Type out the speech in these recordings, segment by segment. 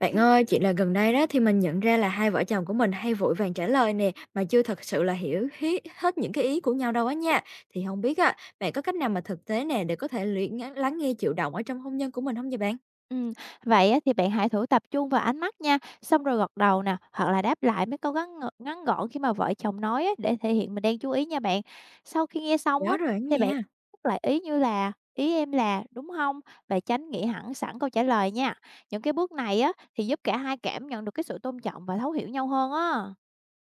Bạn ơi, chuyện là gần đây đó thì mình nhận ra là hai vợ chồng của mình hay vội vàng trả lời nè, mà chưa thật sự là hiểu hết, hết những cái ý của nhau đâu á nha. Thì không biết á, bạn có cách nào mà thực tế nè để có thể lắng nghe chịu động ở trong hôn nhân của mình không vậy bạn? Ừm, Vậy á thì bạn hãy thử tập trung vào ánh mắt nha, xong rồi gật đầu nè, hoặc là đáp lại mấy câu ngắn gọn khi mà vợ chồng nói á, để thể hiện mình đang chú ý nha bạn. Sau khi nghe xong Nhớ á, rồi đó thì bạn nha. nhắc lại ý như là "Ý em là", "Đúng không?", và tránh nghĩ hẳn sẵn câu trả lời nha. Những cái bước này á, thì giúp cả hai cảm nhận được cái sự tôn trọng và thấu hiểu nhau hơn á.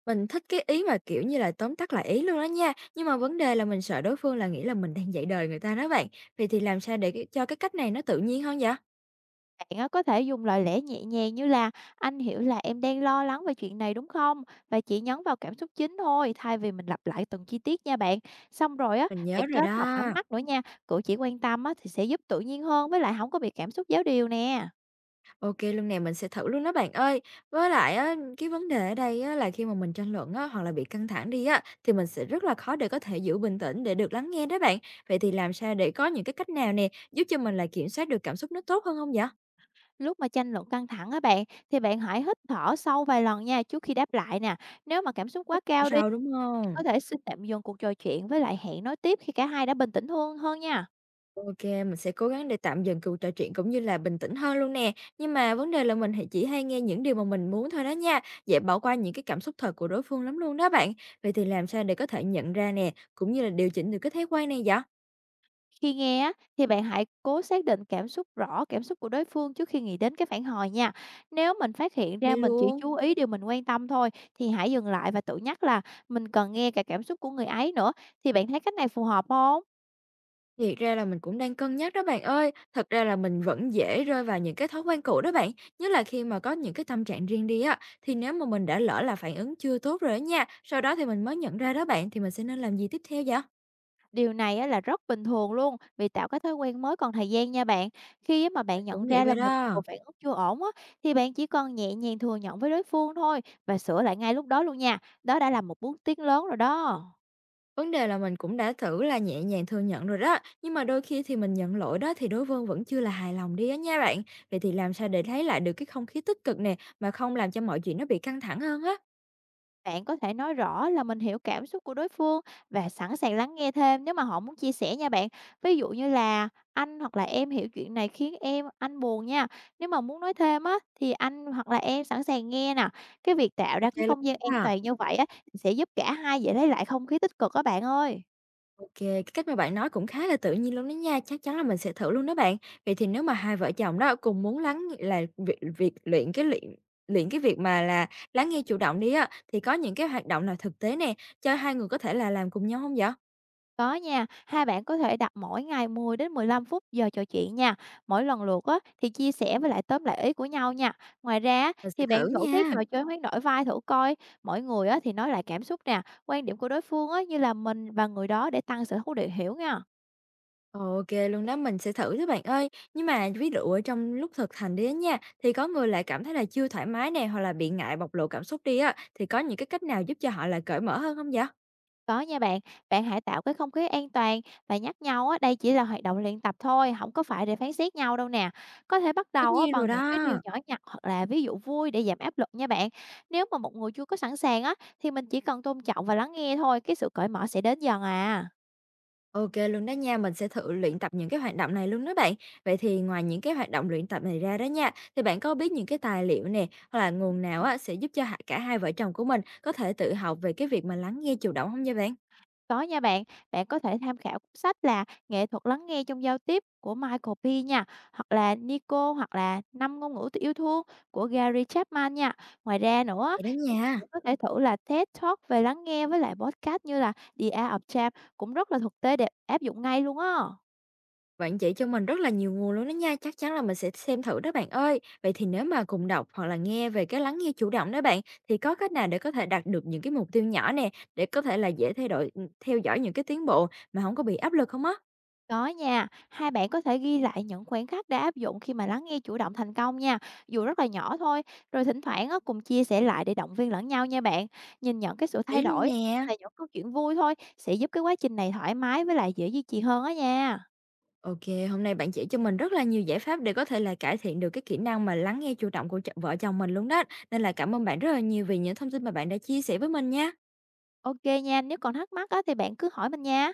Mình thích cái ý mà kiểu như là tóm tắt lại ý luôn đó nha. Nhưng mà vấn đề là mình sợ đối phương là nghĩ là mình đang dạy đời người ta đó bạn. Vậy thì làm sao để cho cái cách này nó tự nhiên hơn vậy? Bạn á, có thể dùng lời lẽ nhẹ nhàng như là anh hiểu là em đang lo lắng về chuyện này đúng không? Và chỉ nhấn vào cảm xúc chính thôi, thay vì mình lặp lại từng chi tiết nha bạn. Xong rồi á, Mình bạn nhớ rồi kết hợp đó. ánh mắt nữa nha. Cử chỉ quan tâm á, thì sẽ giúp tự nhiên hơn với lại không có bị cảm xúc giáo điều nè. OK, kê luôn nè, mình sẽ thử luôn đó bạn ơi. Với lại á, cái vấn đề ở đây á là khi mà mình tranh luận á, hoặc là bị căng thẳng đi á, thì mình sẽ rất là khó để có thể giữ bình tĩnh để được lắng nghe đó bạn. Vậy thì làm sao để có những cái cách nào nè, giúp cho mình là kiểm soát được cảm xúc nó tốt hơn không vậy? Lúc mà tranh luận căng thẳng á bạn, thì bạn hãy hít thở sâu vài lần nha trước khi đáp lại nè. Nếu mà cảm xúc quá cao đi, Sao đúng không? có thể xin tạm dừng cuộc trò chuyện với lại hẹn nói tiếp khi cả hai đã bình tĩnh hơn hơn nha. OK, mình sẽ cố gắng để tạm dừng cuộc trò chuyện cũng như là bình tĩnh hơn luôn nè. Nhưng mà vấn đề là mình thì chỉ hay nghe những điều mà mình muốn thôi đó nha, dễ bỏ qua những cái cảm xúc thật của đối phương lắm luôn đó bạn. Vậy thì làm sao để có thể nhận ra nè, cũng như là điều chỉnh được cái thói quen này vậy? Khi nghe á, thì bạn hãy cố xác định cảm xúc rõ cảm xúc của đối phương trước khi nghĩ đến cái phản hồi nha. Nếu mình phát hiện Ô ra mình chỉ luôn. chú ý điều mình quan tâm thôi, thì hãy dừng lại và tự nhắc là mình cần nghe cả cảm xúc của người ấy nữa. Thì bạn thấy cách này phù hợp không? Thiệt ra là mình cũng đang cân nhắc đó bạn ơi. Thật ra là mình vẫn dễ rơi vào những cái thói quen cũ đó bạn. Nhất là khi mà có những cái tâm trạng riêng đi á, thì nếu mà mình đã lỡ là phản ứng chưa tốt rồi á nha, sau đó thì mình mới nhận ra đó bạn, thì mình sẽ nên làm gì tiếp theo vậy? Điều này á, là rất bình thường luôn, vì tạo cái thói quen mới còn thời gian nha bạn. Khi á mà Mình bạn nhận cũng nghĩ ra là vậy mình đó. còn phản ứng chưa ổn á, thì bạn chỉ cần nhẹ nhàng thừa nhận với đối phương thôi, và sửa lại ngay lúc đó luôn nha. Đó đã là một bước tiến lớn rồi đó. Vấn đề là mình cũng đã thử là nhẹ nhàng thừa nhận rồi đó, nhưng mà đôi khi thì mình nhận lỗi đó thì đối phương vẫn chưa là hài lòng đi á nha bạn. Vậy thì làm sao để lấy lại được cái không khí tích cực nè, mà không làm cho mọi chuyện nó bị căng thẳng hơn á? Bạn có thể nói rõ là mình hiểu cảm xúc của đối phương, và sẵn sàng lắng nghe thêm nếu mà họ muốn chia sẻ nha bạn. Ví dụ như là anh hoặc là em hiểu chuyện này khiến em anh buồn nha. Nếu mà muốn nói thêm á, thì anh hoặc là em sẵn sàng nghe nè. Cái việc tạo Ok ra cái luôn không gian an ha. toàn như vậy á, sẽ giúp cả hai dễ lấy lại không khí tích cực các bạn ơi. OK, cái cách mà bạn nói cũng khá là tự nhiên luôn đó nha, chắc chắn là mình sẽ thử luôn đó bạn. Vậy thì nếu mà hai vợ chồng đó cùng muốn lắng là việc việc luyện cái luyện luyện cái việc mà là lắng nghe chủ động đi á, thì có những cái hoạt động nào thực tế nè, cho hai người có thể là làm cùng nhau không vậy? Có nha, hai bạn có thể đặt mỗi ngày 10 đến 15 phút giờ trò chuyện nha. Mỗi lần lượt á, thì chia sẻ với lại tóm lại ý của nhau nha. Ngoài ra á, Mình sẽ thì thử bạn thử cái nha. trò chơi hoán đổi vai thử coi. Mỗi người á, thì nói lại cảm xúc nè, quan điểm của đối phương á, như là mình và người đó để tăng sự thấu hiểu nha. OK luôn đó, mình sẽ thử đó bạn ơi. Nhưng mà ví dụ ở trong lúc thực hành đi á nha, thì có người lại cảm thấy là chưa thoải mái nè, hoặc là bị ngại bộc lộ cảm xúc đi á, thì có những cái cách nào giúp cho họ là cởi mở hơn không vậy? Có nha bạn, bạn hãy tạo cái không khí an toàn, và nhắc nhau á, đây chỉ là hoạt động luyện tập thôi, không có phải để phán xét nhau đâu nè. Có thể bắt Tất đầu á, nhiên rồi bằng những cái điều đó. nhỏ nhặt hoặc là ví dụ vui để giảm áp lực nha bạn. Nếu mà một người chưa có sẵn sàng á, thì mình chỉ cần tôn trọng và lắng nghe thôi, cái sự cởi mở sẽ đến dần à. OK luôn đó nha, mình sẽ thử luyện tập những cái hoạt động này luôn đó bạn. Vậy thì ngoài những cái hoạt động luyện tập này ra đó nha, thì bạn có biết những cái tài liệu nè, hoặc là nguồn nào á sẽ giúp cho cả hai vợ chồng của mình có thể tự học về cái việc mà lắng nghe chủ động không nha bạn? Có nha bạn, bạn có thể tham khảo cuốn sách là Nghệ thuật lắng nghe trong giao tiếp của Michael P nha, hoặc là Nico, hoặc là Năm ngôn ngữ yêu thương của Gary Chapman nha. Ngoài ra nữa á, Vậy đó thì nha, cũng có thể thử là TED Talk về lắng nghe, với lại podcast như là The Art of Charm, cũng rất là thực tế để áp dụng ngay luôn á. bạn chỉ cho mình rất là nhiều nguồn luôn đó nha, chắc chắn là mình sẽ xem thử đó bạn ơi. Vậy thì nếu mà cùng đọc hoặc là nghe về cái lắng nghe chủ động đó bạn, thì có cách nào để có thể đạt được những cái mục tiêu nhỏ nè, để có thể là dễ thay đổi ừ, theo dõi những cái tiến bộ mà không có bị áp lực không á? Có nha, hai bạn có thể ghi lại những khoảnh khắc đã áp dụng khi mà lắng nghe chủ động thành công nha, dù rất là nhỏ thôi, rồi thỉnh thoảng á, cùng chia sẻ lại để động viên lẫn nhau nha bạn. Nhìn nhận cái sự thay Lý luôn đổi nè. là những câu chuyện vui thôi, sẽ giúp cái quá trình này thoải mái với lại dễ duy trì hơn á nha. OK, hôm nay bạn chỉ cho mình rất là nhiều giải pháp để có thể là cải thiện được cái kỹ năng mà lắng nghe chủ động của vợ chồng mình luôn đó. Nên là cảm ơn bạn rất là nhiều vì những thông tin mà bạn đã chia sẻ với mình nha. Ok nha, nếu còn thắc mắc á, thì bạn cứ hỏi mình nha.